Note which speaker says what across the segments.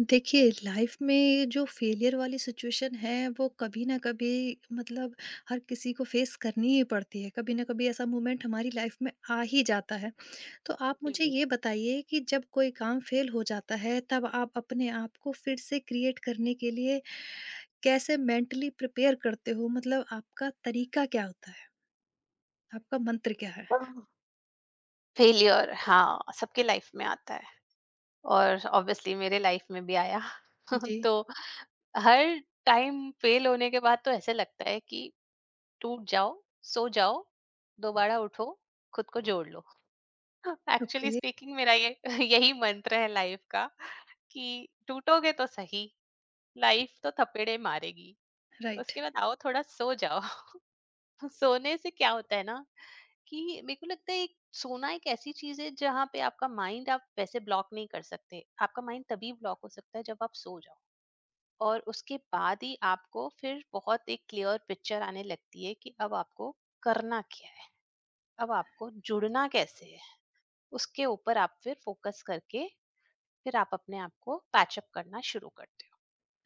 Speaker 1: देखिए, लाइफ में जो फेलियर वाली सिचुएशन है, वो कभी न कभी मतलब हर किसी को फेस करनी ही पड़ती है। कभी न कभी ऐसा मोमेंट हमारी लाइफ में आ ही जाता है। तो आप मुझे
Speaker 2: जी।
Speaker 1: ये बताइए कि जब कोई काम फेल हो जाता है, तब आप अपने आप को फिर से क्रिएट करने के लिए कैसे मेंटली प्रिपेयर करते हो? मतलब आपका तरीका क्या होता है? आपका मंत्र क्या है?
Speaker 2: फेलियर हाँ, सबके लाइफ में आता है और ऑब्वियसली मेरे लाइफ में भी आया।
Speaker 1: जी।
Speaker 2: तो हर टाइम फेल होने के बाद तो ऐसे लगता है कि टूट जाओ, सो जाओ, दोबारा उठो, खुद को जोड़ लो। एक्चुअली
Speaker 1: ओके,
Speaker 2: स्पीकिंग मेरा ये यही मंत्र है लाइफ का कि टूटोगे तो सही, लाइफ तो थपेड़े मारेगी।
Speaker 1: राइट।
Speaker 2: उसके बाद आओ थोड़ा सो जाओ। सोने से क्या होता है ना कि मेरे को लगता है एक सोना एक ऐसी चीज है जहाँ पे आपका माइंड आप वैसे ब्लॉक नहीं कर सकते, आपका माइंड तभी ब्लॉक हो सकता है जब आप सो जाओ। और उसके बाद ही आपको फिर बहुत एक क्लियर पिक्चर आने लगती है कि अब आपको करना क्या है, अब आपको जुड़ना कैसे है, उसके ऊपर आप फिर फोकस करके फिर आप अपने आप को पैचअप करना शुरू करते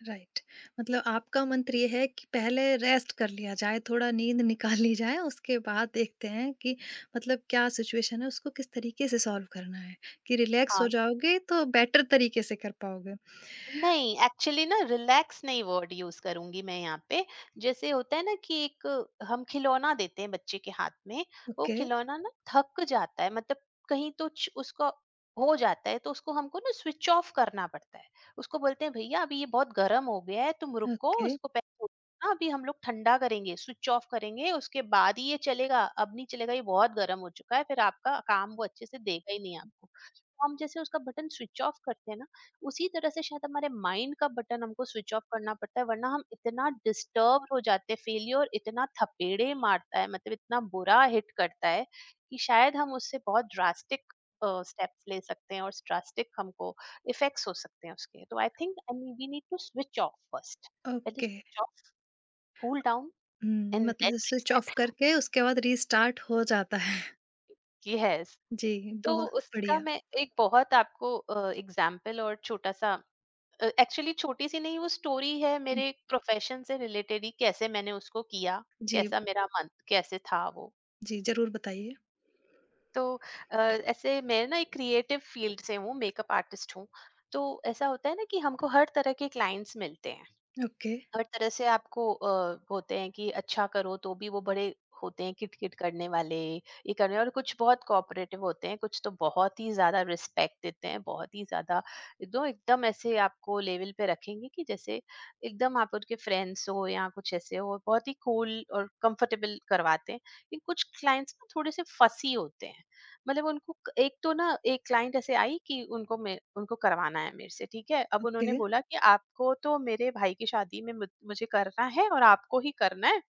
Speaker 1: राइट, मतलब आपका मंत्र ये है कि पहले रेस्ट कर लिया जाए, थोड़ा नींद निकाल ली जाए, उसके बाद देखते हैं कि मतलब क्या सिचुएशन है, उसको किस तरीके से सॉल्व करना है, कि रिलैक्स
Speaker 2: हो।
Speaker 1: हो जाओगे तो बेटर तरीके से कर पाओगे।
Speaker 2: नहीं, एक्चुअली ना रिलैक्स नहीं वर्ड यूज़ करूँगी मैं यहाँ पे। जैसे होता है ना कि एक हम खिलौना देते हैं बच्चे के हाथ में, वो
Speaker 1: ओके,
Speaker 2: खिलौना ना थक जाता है, मतलब कहीं तो च उसका हो जाता है, तो उसको हमको ना स्विच ऑफ करना पड़ता है। उसको बोलते हैं भैया अभी ये बहुत गर्म हो गया है, तुम रुको
Speaker 1: ओके,
Speaker 2: उसको पहले ना अभी हम लोग ठंडा करेंगे, स्विच ऑफ करेंगे, उसके बाद ही ये चलेगा, अब नहीं चलेगा, ये बहुत गर्म हो चुका है, फिर आपका काम वो अच्छे से देगा ही नहीं आपको। तो हम जैसे उसका बटन स्विच ऑफ करते हैं ना, उसी तरह से शायद हमारे माइंड का बटन हमको स्विच ऑफ करना पड़ता है, वरना हम इतना डिस्टर्ब हो जाते हैं, फेलियर इतना थपेड़े मारता है, मतलब इतना बुरा हिट करता है कि शायद हम उससे बहुत ड्रास्टिक स्टेप्स ले सकते हैं और ड्रास्टिक हमको इफेक्ट्स हो सकते हैं उसके। तो I think I we need to switch off first. पहले
Speaker 1: okay.
Speaker 2: Switch off, cool down
Speaker 1: hmm,
Speaker 2: and then
Speaker 1: मतलब स्विच ऑफ
Speaker 2: रीसेट।
Speaker 1: करके उसके बाद रीस्टार्ट हो जाता है।
Speaker 2: यस।
Speaker 1: जी,
Speaker 2: तो
Speaker 1: बहुत
Speaker 2: उसका
Speaker 1: बढ़िया।
Speaker 2: मैं एक बहुत आपको एग्जाम्पल और छोटा सा, एक्चुअली छोटी सी नहीं वो स्टोरी है मेरे प्रोफेशन से रिलेटेड ही, कैसे मैंने उसको किया,
Speaker 1: जी,
Speaker 2: कैसा मेरा मन कैसे था वो।
Speaker 1: जी, ज़रूर बताइए।
Speaker 2: तो ऐसे मैं ना एक क्रिएटिव फील्ड से हूँ, मेकअप आर्टिस्ट हूँ। तो ऐसा होता है ना कि हमको हर तरह के क्लाइंट्स मिलते हैं,
Speaker 1: ओके,
Speaker 2: हर तरह से आपको होते हैं कि अच्छा करो तो भी वो बड़े होते हैं किट किट करने वाले, ये करने, और कुछ बहुत कोऑपरेटिव होते हैं, कुछ तो बहुत ही ज्यादा रिस्पेक्ट देते हैं, बहुत ही ज्यादा एकदम एकदम ऐसे आपको लेवल पे रखेंगे कि जैसे एकदम आप उनके फ्रेंड्स हो या कुछ ऐसे हो, बहुत ही कूल और कंफर्टेबल करवाते हैं। लेकिन कुछ क्लाइंट्स ना थोड़े से फसी होते हैं, मतलब उनको एक तो ना एक क्लाइंट ऐसे आई कि उनको मैं, उनको करवाना है मेरे से, ठीक है, अब
Speaker 1: ओके।
Speaker 2: उन्होंने बोला कि आपको तो मेरे भाई की शादी में मुझे करना है और आपको ही करना है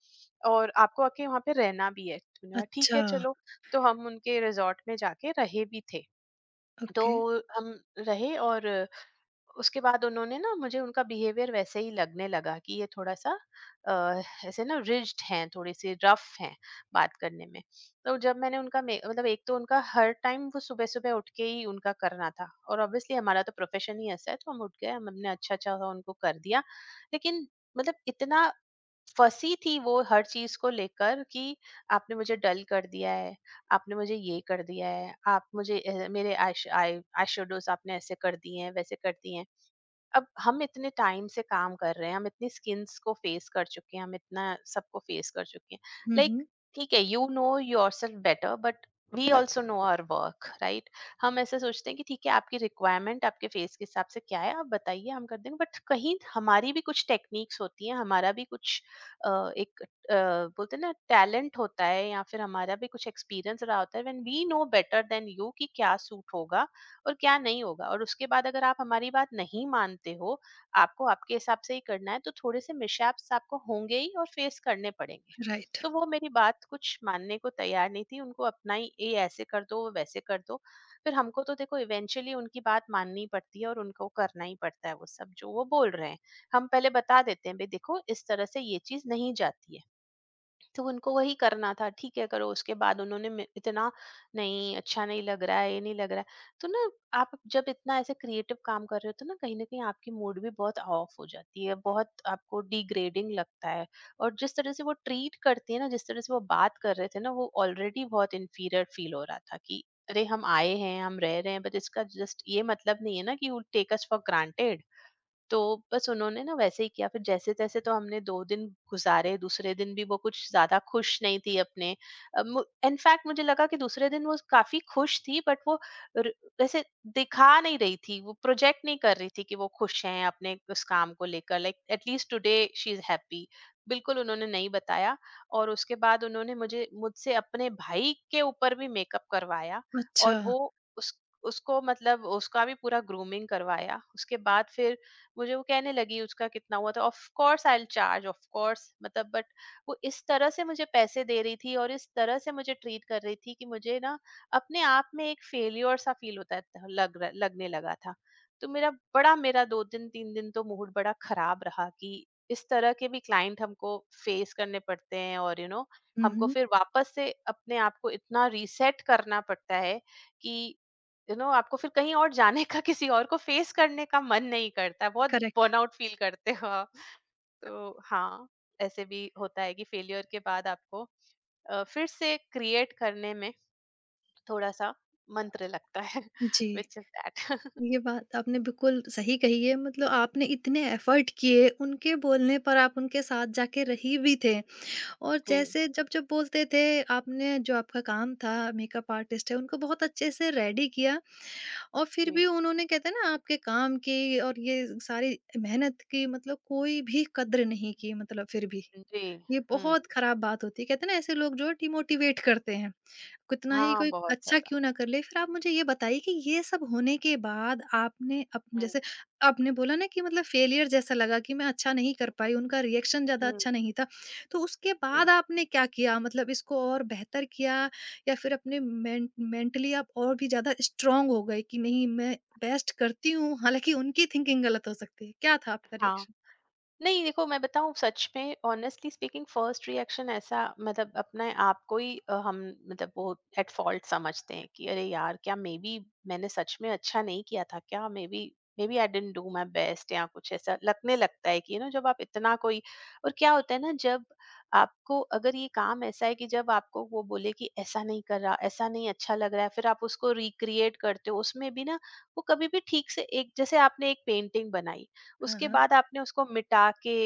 Speaker 2: और आपको आके वहाँ पे रहना भी है। मैंने कहा, ठीक
Speaker 1: अच्छा,
Speaker 2: है चलो। तो हम उनके रिजॉर्ट में जाके रहे भी थे। तो
Speaker 1: ओके।
Speaker 2: हम रहे, और उसके बाद उन्होंने ना, मुझे उनका बिहेवियर वैसे ही लगने लगा कि ये थोड़ा सा अ, ऐसे ना रिज्ड हैं, थोड़े से रफ हैं बात करने में। तो जब मैंने उनका मतलब एक तो उनका हर टाइम वो सुबह सुबह उठ के ही उनका करना था और ऑब्वियसली हमारा तो प्रोफेशन ही ऐसा है, तो हम उठ गए, हमने अच्छा अच्छा सा उनको कर दिया। लेकिन मतलब इतना फंसी थी वो हर चीज को लेकर कि आपने मुझे डल कर दिया है, आपने मुझे ये कर दिया है, आप मुझे मेरे आई आई शेडोज आपने ऐसे कर दिए हैं, वैसे कर दिए हैं। अब हम इतने टाइम से काम कर रहे हैं, हम इतनी स्किन्स को फेस कर चुके हैं, हम इतना सबको फेस कर चुके हैं।
Speaker 1: हुँ,
Speaker 2: लाइक
Speaker 1: हुँ,
Speaker 2: ठीक है, you know yourself better, but we also know our work, right? हम ऐसे सोचते हैं कि ठीक है, आपकी रिक्वायरमेंट आपके फेस के हिसाब से क्या है आप बताइए, हम कर देंगे, बट कहीं हमारी भी कुछ टेक्निक्स होती हैं, हमारा भी कुछ एक बोलते हैं ना टैलेंट होता है, या फिर हमारा भी कुछ एक्सपीरियंस रहा होता है, when we know better than you, कि क्या सूट होगा और क्या नहीं होगा। और उसके बाद अगर आप हमारी बात नहीं मानते हो, आपको आपके हिसाब से ही करना है, तो थोड़े-से मिसहैप्स आपको होंगे ही और फेस करने पड़ेंगे।
Speaker 1: राइट।
Speaker 2: तो वो मेरी बात कुछ मानने को तैयार नहीं थी, उनको अपना ही ये ऐसे कर दो, वो वैसे कर दो। फिर हमको तो देखो इवेंचुअली उनकी बात माननी पड़ती है और उनको करना ही पड़ता है वो सब जो वो बोल रहे हैं। हम पहले बता देते हैं, भई देखो इस तरह से ये चीज़ नहीं जाती है। तो उनको वही करना था, ठीक है करो, उसके बाद उन्होंने इतना नहीं, अच्छा नहीं लग रहा है, ये नहीं लग रहा है। तो ना आप जब इतना ऐसे क्रिएटिव काम कर रहे हो तो ना कहीं आपकी मूड भी बहुत ऑफ हो जाती है, बहुत आपको डिग्रेडिंग लगता है। और जिस तरह से वो ट्रीट करती है ना, जिस तरह से वो बात कर रहे थे ना, वो ऑलरेडी बहुत इन्फीरियर फील हो रहा था कि अरे हम आए हैं, हम रह रहे हैं, बट इसका जस्ट ये मतलब नहीं है ना कि टेक अस फॉर ग्रांटेड। तो बस उन्होंने ना वैसे ही किया, फिर जैसे-तैसे तो हमने 2 दिन गुज़ारे, दूसरे दिन भी वो कुछ ज़्यादा खुश नहीं थी अपने मु इनफैक्ट मुझे लगा कि दूसरे दिन वो काफ़ी खुश थी, बट वो र वैसे दिखा नहीं रही थी, वो प्रोजेक्ट नहीं कर रही थी कि वो खुश हैं अपने उस काम को लेकर, like at least today she is happy. बिल्कुल उन्होंने नहीं बताया। और उसके बाद उन्होंने मुझे मुझसे अपने भाई के ऊपर भी मेकअप करवाया।
Speaker 1: अच्छा।
Speaker 2: और वो उस उसको, मतलब उसका भी पूरा ग्रूमिंग करवाया। उसके बाद फिर मुझे वो कहने लगी उसका कितना हुआ था। Of course I will charge, of course, मतलब, बट वो इस तरह से मुझे पैसे दे रही थी और इस तरह से मुझे ट्रीट कर रही थी कि मुझे ना अपने आप में एक फेलियर सा लगने लगा था। तो मेरा बड़ा, मेरा दो दिन तीन दिन तो मूड बड़ा खराब रहा कि इस तरह के भी क्लाइंट हमको फेस करने पड़ते हैं। और यू you नो know,
Speaker 1: हुँ,
Speaker 2: हमको
Speaker 1: हुँ।
Speaker 2: फिर वापस से अपने आप को इतना रीसेट करना पड़ता है कि यू नो आपको फिर कहीं और जाने का, किसी और को फेस करने का मन नहीं करता, बहुत
Speaker 1: करेक्ट।
Speaker 2: बर्नआउट फील करते हो आप। तो हाँ, ऐसे भी होता है कि फेलियर के बाद आपको फिर से क्रिएट करने में थोड़ा सा मंत्र लगता है।
Speaker 1: जी,
Speaker 2: विच इज दैट।
Speaker 1: ये बात आपने बिल्कुल सही कही है। मतलब आपने इतने एफ़र्ट किए, उनके बोलने पर आप उनके साथ जाके रही भी थे और
Speaker 2: जी।
Speaker 1: जैसे जब-जब बोलते थे आपने जो आपका काम था मेकअप आर्टिस्ट है, उनको बहुत अच्छे से रेडी किया और फिर भी
Speaker 2: जी।
Speaker 1: उन्होंने कहते हैं ना आपके काम की और ये सारी मेहनत की मतलब कोई भी कद्र नहीं की मतलब फिर भी।
Speaker 2: जी।
Speaker 1: ये
Speaker 2: हम्म।
Speaker 1: बहुत खराब बात होती है, कहते हैं ना ऐसे लोग जो है डिमोटिवेट करते हैं। कितना ही
Speaker 2: हाँ,
Speaker 1: कोई
Speaker 2: बहुत
Speaker 1: अच्छा
Speaker 2: ज्यादा।
Speaker 1: क्यों ना कर ले। फिर आप मुझे ये बताइए कि ये सब होने के बाद आपने अप
Speaker 2: हम्म।
Speaker 1: जैसे आपने बोला ना कि मतलब फेलियर जैसा लगा कि मैं अच्छा नहीं कर पाई, उनका रिएक्शन ज़्यादा
Speaker 2: हम्म,
Speaker 1: अच्छा नहीं था। तो उसके
Speaker 2: जी।
Speaker 1: बाद आपने क्या किया? मतलब इसको और बेहतर किया या फिर अपने मेंटली आप और भी ज़्यादा स्ट्रॉन्ग हो गए कि नहीं मैं बेस्ट करती हूँ, हालाँकि उनकी थिंकिंग गलत हो सकती है। क्या था आपका
Speaker 2: हाँ,
Speaker 1: रिएक्शन?
Speaker 2: नहीं देखो मैं बताऊँ सच में, ऑनेस्टली स्पीकिंग फर्स्ट रिएक्शन ऐसा, मतलब अपने आप को ही हम, मतलब वो एट फॉल्ट समझते हैं कि अरे यार, क्या मे बी मैंने सच में अच्छा नहीं किया था, क्या maybe, maybe I didn't do my best, या कुछ ऐसा लगने लगता है कि यू नो जब आप इतना कोई। और क्या होता है ना, जब आपको अगर ये काम ऐसा है कि जब आपको वो बोले कि ऐसा नहीं कर रहा, ऐसा नहीं अच्छा लग रहा है, फिर आप उसको रिक्रिएट करते हो, उसमें भी ना वो कभी भी ठीक से एक, जैसे आपने एक पेंटिंग बनाई,
Speaker 1: हाँ,
Speaker 2: उसके
Speaker 1: हाँ।
Speaker 2: बाद आपने उसको मिटा के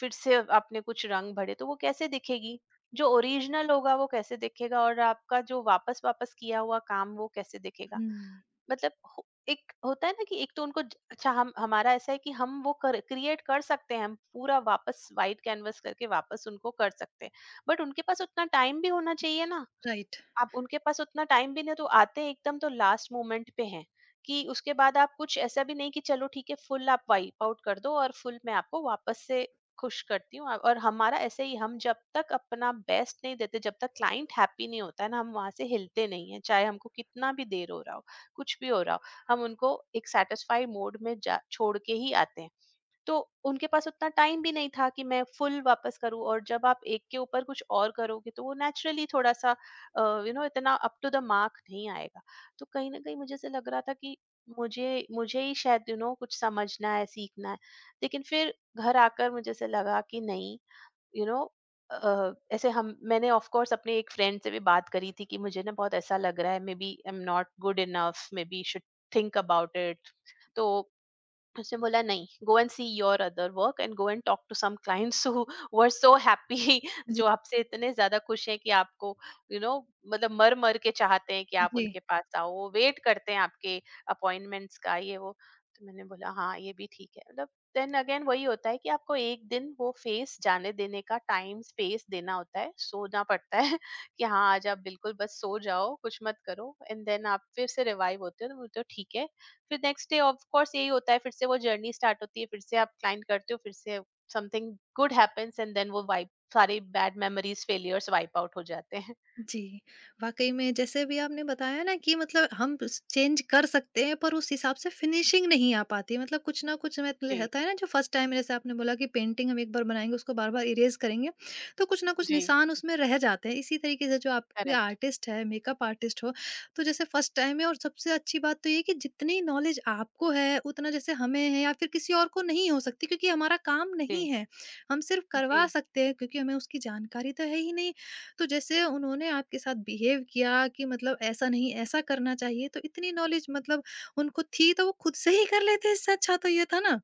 Speaker 2: फिर से आपने कुछ रंग भरे, तो वो कैसे दिखेगी, जो ओरिजिनल होगा वो कैसे दिखेगा और आपका जो वापस वापस किया हुआ काम वो कैसे दिखेगा।
Speaker 1: हुँ,
Speaker 2: मतलब एक होता है ना कि एक तो उनको अच्छा, हम हमारा ऐसा है कि हम वो कर क्रिएट कर सकते हैं, हम पूरा वापस वाइट कैनवस करके वापस उनको कर सकते हैं, बट उनके पास उतना टाइम भी होना चाहिए ना।
Speaker 1: राइट।
Speaker 2: आप उनके पास उतना टाइम भी नहीं है, तो आते हैं एकदम तो लास्ट मोमेंट पे हैं कि उसके बाद आप कुछ ऐसा भी नहीं कि चलो ठीक है फुल आप वाइप आउट कर दो और फुल मैं आपको वापस से खुश करती हूँ। और हमारा ऐसे ही, हम जब तक अपना बेस्ट नहीं देते, जब तक क्लाइंट हैप्पी नहीं होता है ना, हम वहां से हिलते नहीं है, चाहे हमको कितना भी देर हो रहा हो, कुछ भी हो रहा हो, हम उनको एक सेटिस्फाई मोड में जा छोड़ के ही आते हैं। तो उनके पास उतना टाइम भी नहीं था कि मैं फुल वापस करूँ, और जब आप एक के ऊपर कुछ और करोगे तो वो नेचुरली थोड़ा सा यू नो इतना अप टू द मार्क नहीं आएगा। तो कहीं ना कहीं मुझे ऐसे लग रहा था कि मुझे मुझे ही शायद यू नो कुछ समझना है, सीखना है। लेकिन फिर घर आकर मुझे ऐसे लगा कि नहीं। यू नो ऐसे हम मैंने ऑफ कोर्स अपने एक फ्रेंड से भी बात करी थी कि मुझे ना बहुत ऐसा लग रहा है maybe I am not good enough maybe should think about it. तो उसने बोला नहीं, go and see your other work and go and talk to some clients who were so happy.
Speaker 1: जी,
Speaker 2: जो आपसे इतने ज्यादा खुश हैं कि आपको यू you नो know, मतलब मर मर के चाहते हैं कि आप
Speaker 1: जी।
Speaker 2: उनके पास आओ, वो वेट करते हैं आपके अपॉइंटमेंट्स का ये वो। तो मैंने बोला हाँ ये भी ठीक है, मतलब देन अगेन वही होता है कि आपको एक दिन वो फेस जाने देने का टाइम स्पेस देना होता है, सोना पड़ता है कि हाँ आज आप बिल्कुल बस सो जाओ, कुछ मत करो एंड देन आप फिर से रिवाइव होते हो तो बोलते हो ठीक है। फिर नेक्स्ट डे ऑफ कोर्स यही होता है, फिर से वो जर्नी स्टार्ट होती है, फिर से आप क्लाइंट करते हो, फिर से something good happens and then वो वाइप सारे bad memories failures wipe out हो जाते हैं।
Speaker 1: जी, वाक़ई में जैसे अभी आपने बताया ना कि मतलब हम स चेंज कर सकते हैं पर उस हिसाब से फिनिशिंग नहीं आ पाती। मतलब कुछ न कुछ में
Speaker 2: जी।
Speaker 1: रहता है ना, जो फर्स्ट टाइम जैसे आपने बोला कि पेंटिंग हम एक बार बनाएँगे उसको बार-बार इरेज़ करेंगे, तो कुछ न कुछ
Speaker 2: जी।
Speaker 1: निशान उसमें रह जाते हैं। इसी तरीके से जो आपके
Speaker 2: करेक्ट।
Speaker 1: आर्टिस्ट है, मेकअप आर्टिस्ट हो, तो जैसे फर्स्ट टाइम है और सबसे अच्छी बात तो ये है कि जितनी नॉलेज आपको है उतना जैसे हमें है या फिर किसी और को नहीं हो सकती क्योंकि हमारा काम
Speaker 2: जी।
Speaker 1: नहीं है। हम सिर्फ़ करवा
Speaker 2: जी।
Speaker 1: सकते हैं क्योंकि हमें उसकी जानकारी तो है ही नहीं। तो जैसे उन्होंने आपके साथ बिहेव किया कि मतलब ऐसा नहीं ऐसा करना चाहिए, तो इतनी नॉलेज मतलब उनको थी तो वो खुद से ही कर लेते, इससे अच्छा तो ये था ना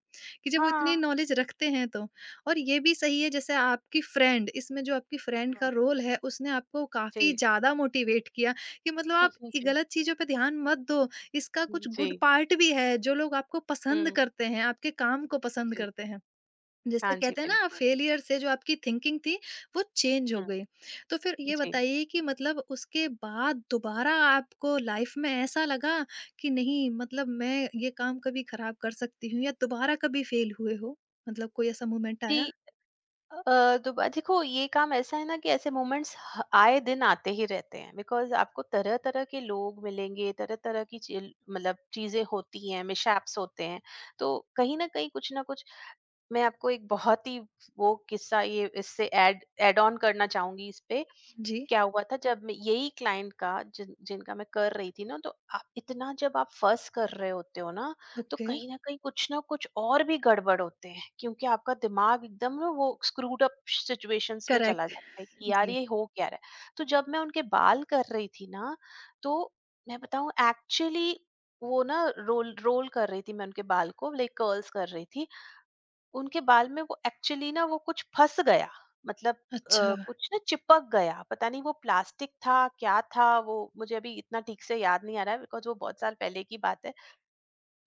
Speaker 1: कि जब वो इतनी
Speaker 2: हाँ।
Speaker 1: नॉलेज रखते हैं तो। और ये भी सही है, जैसे आपकी फ्रेंड इसमें जो आपकी फ्रेंड का
Speaker 2: हम्म,
Speaker 1: रोल है उसने आपको काफी
Speaker 2: जी।
Speaker 1: ज्यादा मोटिवेट किया कि मतलब आप ये
Speaker 2: जी।
Speaker 1: गलत चीजों पे ध्यान मत दो। इसका कुछ गुड
Speaker 2: जी।
Speaker 1: पार्ट भी है, जो लोग आपको पसंद
Speaker 2: हम्म।
Speaker 1: करते हैं आपके काम को पसंद
Speaker 2: जी।
Speaker 1: करते हैं। जैसे
Speaker 2: हाँ जी
Speaker 1: कहते हैं ना,
Speaker 2: बिल्कुल।
Speaker 1: फेलियर से जो आपकी थिंकिंग थी वो चेंज हो
Speaker 2: हम्म।
Speaker 1: गई। तो फिर ये
Speaker 2: जी।
Speaker 1: बताइए कि मतलब उसके बाद दोबारा आपको लाइफ में ऐसा लगा कि नहीं मतलब मैं ये काम कभी खराब कर सकती हूँ, या दोबारा कभी फेल हुए हो? मतलब कोई ऐसा मोमेंट आया?
Speaker 2: जी। अ, दोबा देखो ये काम ऐसा है ना कि ऐसे मोमेंट्स आए दिन आते ही रहते हैं, बिकॉज आपको तरह तरह के लोग मिलेंगे, तरह तरह की मतलब चीजें होती हैं, मिशैप्स होते हैं। तो कहीं ना कहीं कुछ ना कुछ। मैं आपको एक बहुत ही वो किस्सा ये इससे ऐड ऐड ऑन करना चाहूंगी इस पे।
Speaker 1: जी,
Speaker 2: क्या हुआ था, जब मैं यही क्लाइंट का जिनका मैं कर रही थी ना, तो आप इतना जब आप फर्स्ट कर रहे होते हो ना, तो
Speaker 1: ओके,
Speaker 2: कहीं ना कहीं कुछ ना कुछ और भी गड़बड़ होते हैं, क्योंकि आपका दिमाग एकदम ना वो स्क्रूड अप सिचुएशंस में चला
Speaker 1: करेक्ट,
Speaker 2: जाता है कि यार
Speaker 1: जी,
Speaker 2: ये हो क्या रहा है। तो जब मैं उनके बाल कर रही थी ना, तो मैं बताऊं एक्चुअली, वो ना रोल रोल कर रही थी, मैं उनके बाल को लाइक कर्ल्स कर रही थी। उनके बाल में वो एक्चुअली ना वो कुछ फँस गया। मतलब
Speaker 1: अच्छा,
Speaker 2: कुछ ना चिपक गया, पता नहीं वो प्लास्टिक था क्या था, वो मुझे अभी इतना ठीक से याद नहीं आ रहा है, बिकॉज़ वो बहुत साल पहले की बात है।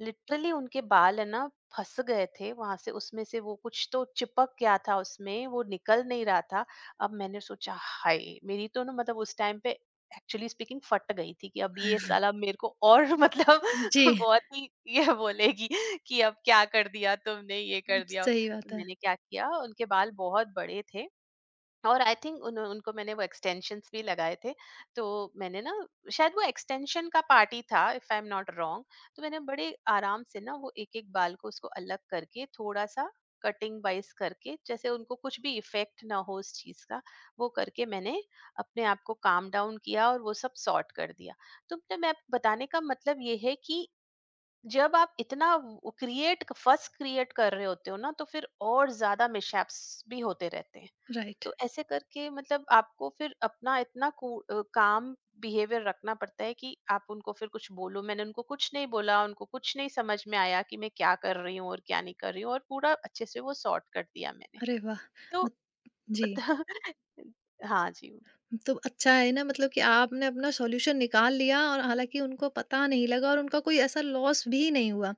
Speaker 2: लिटरली उनके बाल है ना फँस गए थे वहाँ से, उसमें से वो कुछ तो चिपक गया था उसमें, वो निकल नहीं रहा था। अब मैंने सोचा हाय! मेरी तो ना मतलब उस टाइम पे एक्चुअली स्पीकिंग फट गई थी कि अब ये साला मेरे को और मतलब
Speaker 1: जी,
Speaker 2: बहुत ही ये बोलेगी कि अब क्या कर दिया तुमने, ये कर दिया।
Speaker 1: सही
Speaker 2: तो
Speaker 1: बात है,
Speaker 2: मैंने क्या किया, उनके बाल बहुत बड़े थे और आई थिंक उन उनको मैंने वो एक्सटेंशंस भी लगाए थे। तो मैंने ना शायद वो एक्सटेंशन का पार्ट ही था, if I am not wrong. तो मैंने बड़े आराम से ना वो एक-एक बाल को उसको अलग करके थोड़ा-सा कटिंग वाइज़ करके, जैसे उनको कुछ भी इफ़ेक्ट ना हो उस चीज़ का, वो करके मैंने अपने आप को काम डाउन किया और वो सब सॉर्ट कर दिया। तो मतलब मैं बताने का मतलब ये है कि जब आप इतना वो क्रिएट कर रहे होते हो ना, तो फिर और ज़्यादा मिसहैप्स भी होते रहते हैं।
Speaker 1: राइट,
Speaker 2: तो ऐसे करके मतलब आपको फिर अपना इतना काम बिहेवियर रखना पड़ता है कि आप उनको फिर कुछ बोलो। मैंने उनको कुछ नहीं बोला, उनको कुछ नहीं समझ में आया कि मैं क्या कर रही हूँ और क्या नहीं कर रही हूँ, और पूरा अच्छे से वो सॉर्ट कर दिया मैंने।
Speaker 1: अरे वाह!
Speaker 2: तो
Speaker 1: मत जी।
Speaker 2: मतलब हाँ जी।
Speaker 1: तो अच्छा है ना मतलब कि आपने अपना सॉल्यूशन निकाल लिया और हालांकि उनको पता नहीं लगा और उनका कोई ऐसा लॉस भी नहीं हुआ।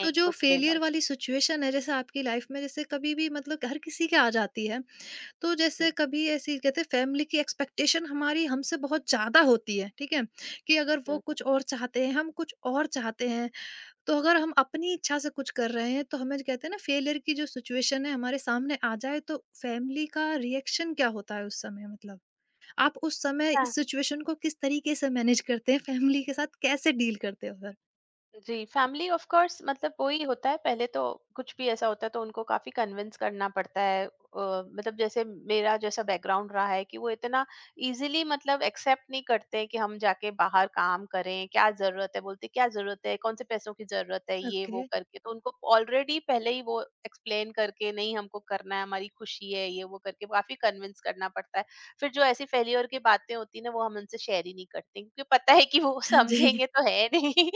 Speaker 1: तो जो
Speaker 2: कुछ भी
Speaker 1: फेलियर
Speaker 2: लॉस।
Speaker 1: वाली सिचुएशन है जैसे आपकी लाइफ में, जैसे कभी भी मतलब हर किसी के आ जाती है। तो जैसे
Speaker 2: जी।
Speaker 1: कभी ऐसी कहते हैं फैमिली की एक्सपेक्टेशन हमारी हमसे बहुत ज़्यादा होती है, ठीक है? कि अगर वो कुछ और चाहते हैं, हम कुछ और चाहते हैं, तो अगर हम अपनी इच्छा से कुछ कर रहे हैं तो हमें कहते हैं ना फेलियर की जो सिचुएशन है हमारे सामने आ जाए तो फैमिली का रिएक्शन क्या होता है उस समय मतलब? आप उस समय
Speaker 2: हम्म।
Speaker 1: इस सिचुएशन को किस तरीके से मैनेज करते हैं? फैमिली के साथ कैसे डील करते हो फिर?
Speaker 2: जी, फैमिली ऑफ कोर्स मतलब वही होता है, पहले तो कुछ भी ऐसा होता है तो उनको काफ़ी कन्विंस करना पड़ता है। मतलब जैसे मेरा जैसा बैकग्राउंड रहा है कि वो इतना इजीली मतलब एक्सेप्ट नहीं करते कि हम जाके बाहर काम करें, क्या ज़रूरत है? बोलते क्या ज़रूरत है? कौन से पैसों की ज़रूरत है? ये
Speaker 1: ओके।
Speaker 2: वो करके तो उनको ऑलरेडी पहले ही वो एक्सप्लेन करके नहीं, हमको करना है, हमारी खुशी है, ये वो करके काफ़ी कन्विंस करना पड़ता है। फिर जो ऐसी फेल्योर की बातें होती है ना, वो हम उनसे शेयर ही नहीं करते, क्योंकि पता है कि वो
Speaker 1: हाँ जी,
Speaker 2: समझेंगे तो है नहीं।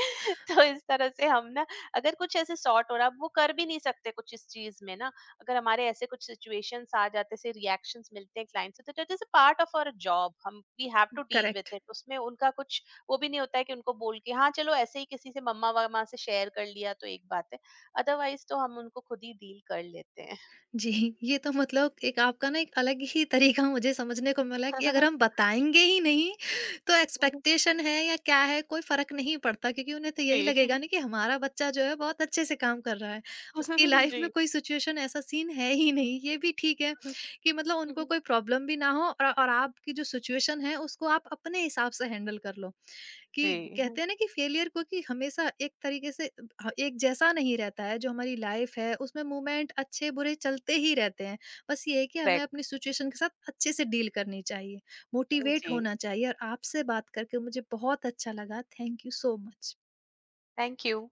Speaker 2: तो इस तरह से हम ना, अगर कुछ ऐसे सॉर्ट हो रहा, अब वो कर भी नहीं सकते कुछ इस चीज में ना। अगर हमारे ऐसे कुछ सिचुएशंस आ जाते से रिएक्शंस मिलते हैं क्लाइंट से, तो that is a part of our job, हम we have to deal
Speaker 1: correct.
Speaker 2: With it, उसमें उनका कुछ वो भी नहीं होता है कि उनको बोल के हाँ चलो, ऐसे ही किसी से मम्मा वम्मा से शेयर कर लिया तो एक बात है, अदरवाइज तो हम उनको खुद ही डील कर लेते हैं।
Speaker 1: जी, ये तो मतलब एक आपका ना एक अलग ही तरीका मुझे समझने को मिला कि अगर हम बताएँगे ही नहीं तो एक्सपेक्टेशन है या क्या है कोई फ़र्क नहीं पड़ता, क्योंकि उन्हें तो यही
Speaker 2: जी।
Speaker 1: लगेगा ना कि हमारा बच्चा जो है बहुत अच्छे से काम कर रहा है। उसकी लाइफ़
Speaker 2: जी।
Speaker 1: में कोई सिचुएशन ऐसा सीन है ही नहीं। ये भी ठीक है कि मतलब उनको कोई प्रॉब्लम भी ना हो और आपकी जो सिचुएशन है उसको आप अपने हिसाब से हैंडल कर लो। कि
Speaker 2: जी।
Speaker 1: कहते हैं ना कि फेलियर को कि हमेशा एक तरीके से ह एक जैसा नहीं रहता है, जो हमारी लाइफ़ है उसमें मूवमेंट अच्छे-बुरे चलते ही रहते हैं। बस ये है कि हमें
Speaker 2: करेक्ट।
Speaker 1: अपनी सिचुएशन के साथ अच्छे से डील करनी चाहिए, मोटिवेट
Speaker 2: जी।
Speaker 1: होना चाहिए और आपसे बात करके मुझे बहुत अच्छा लगा। Thank you so much.
Speaker 2: Thank you.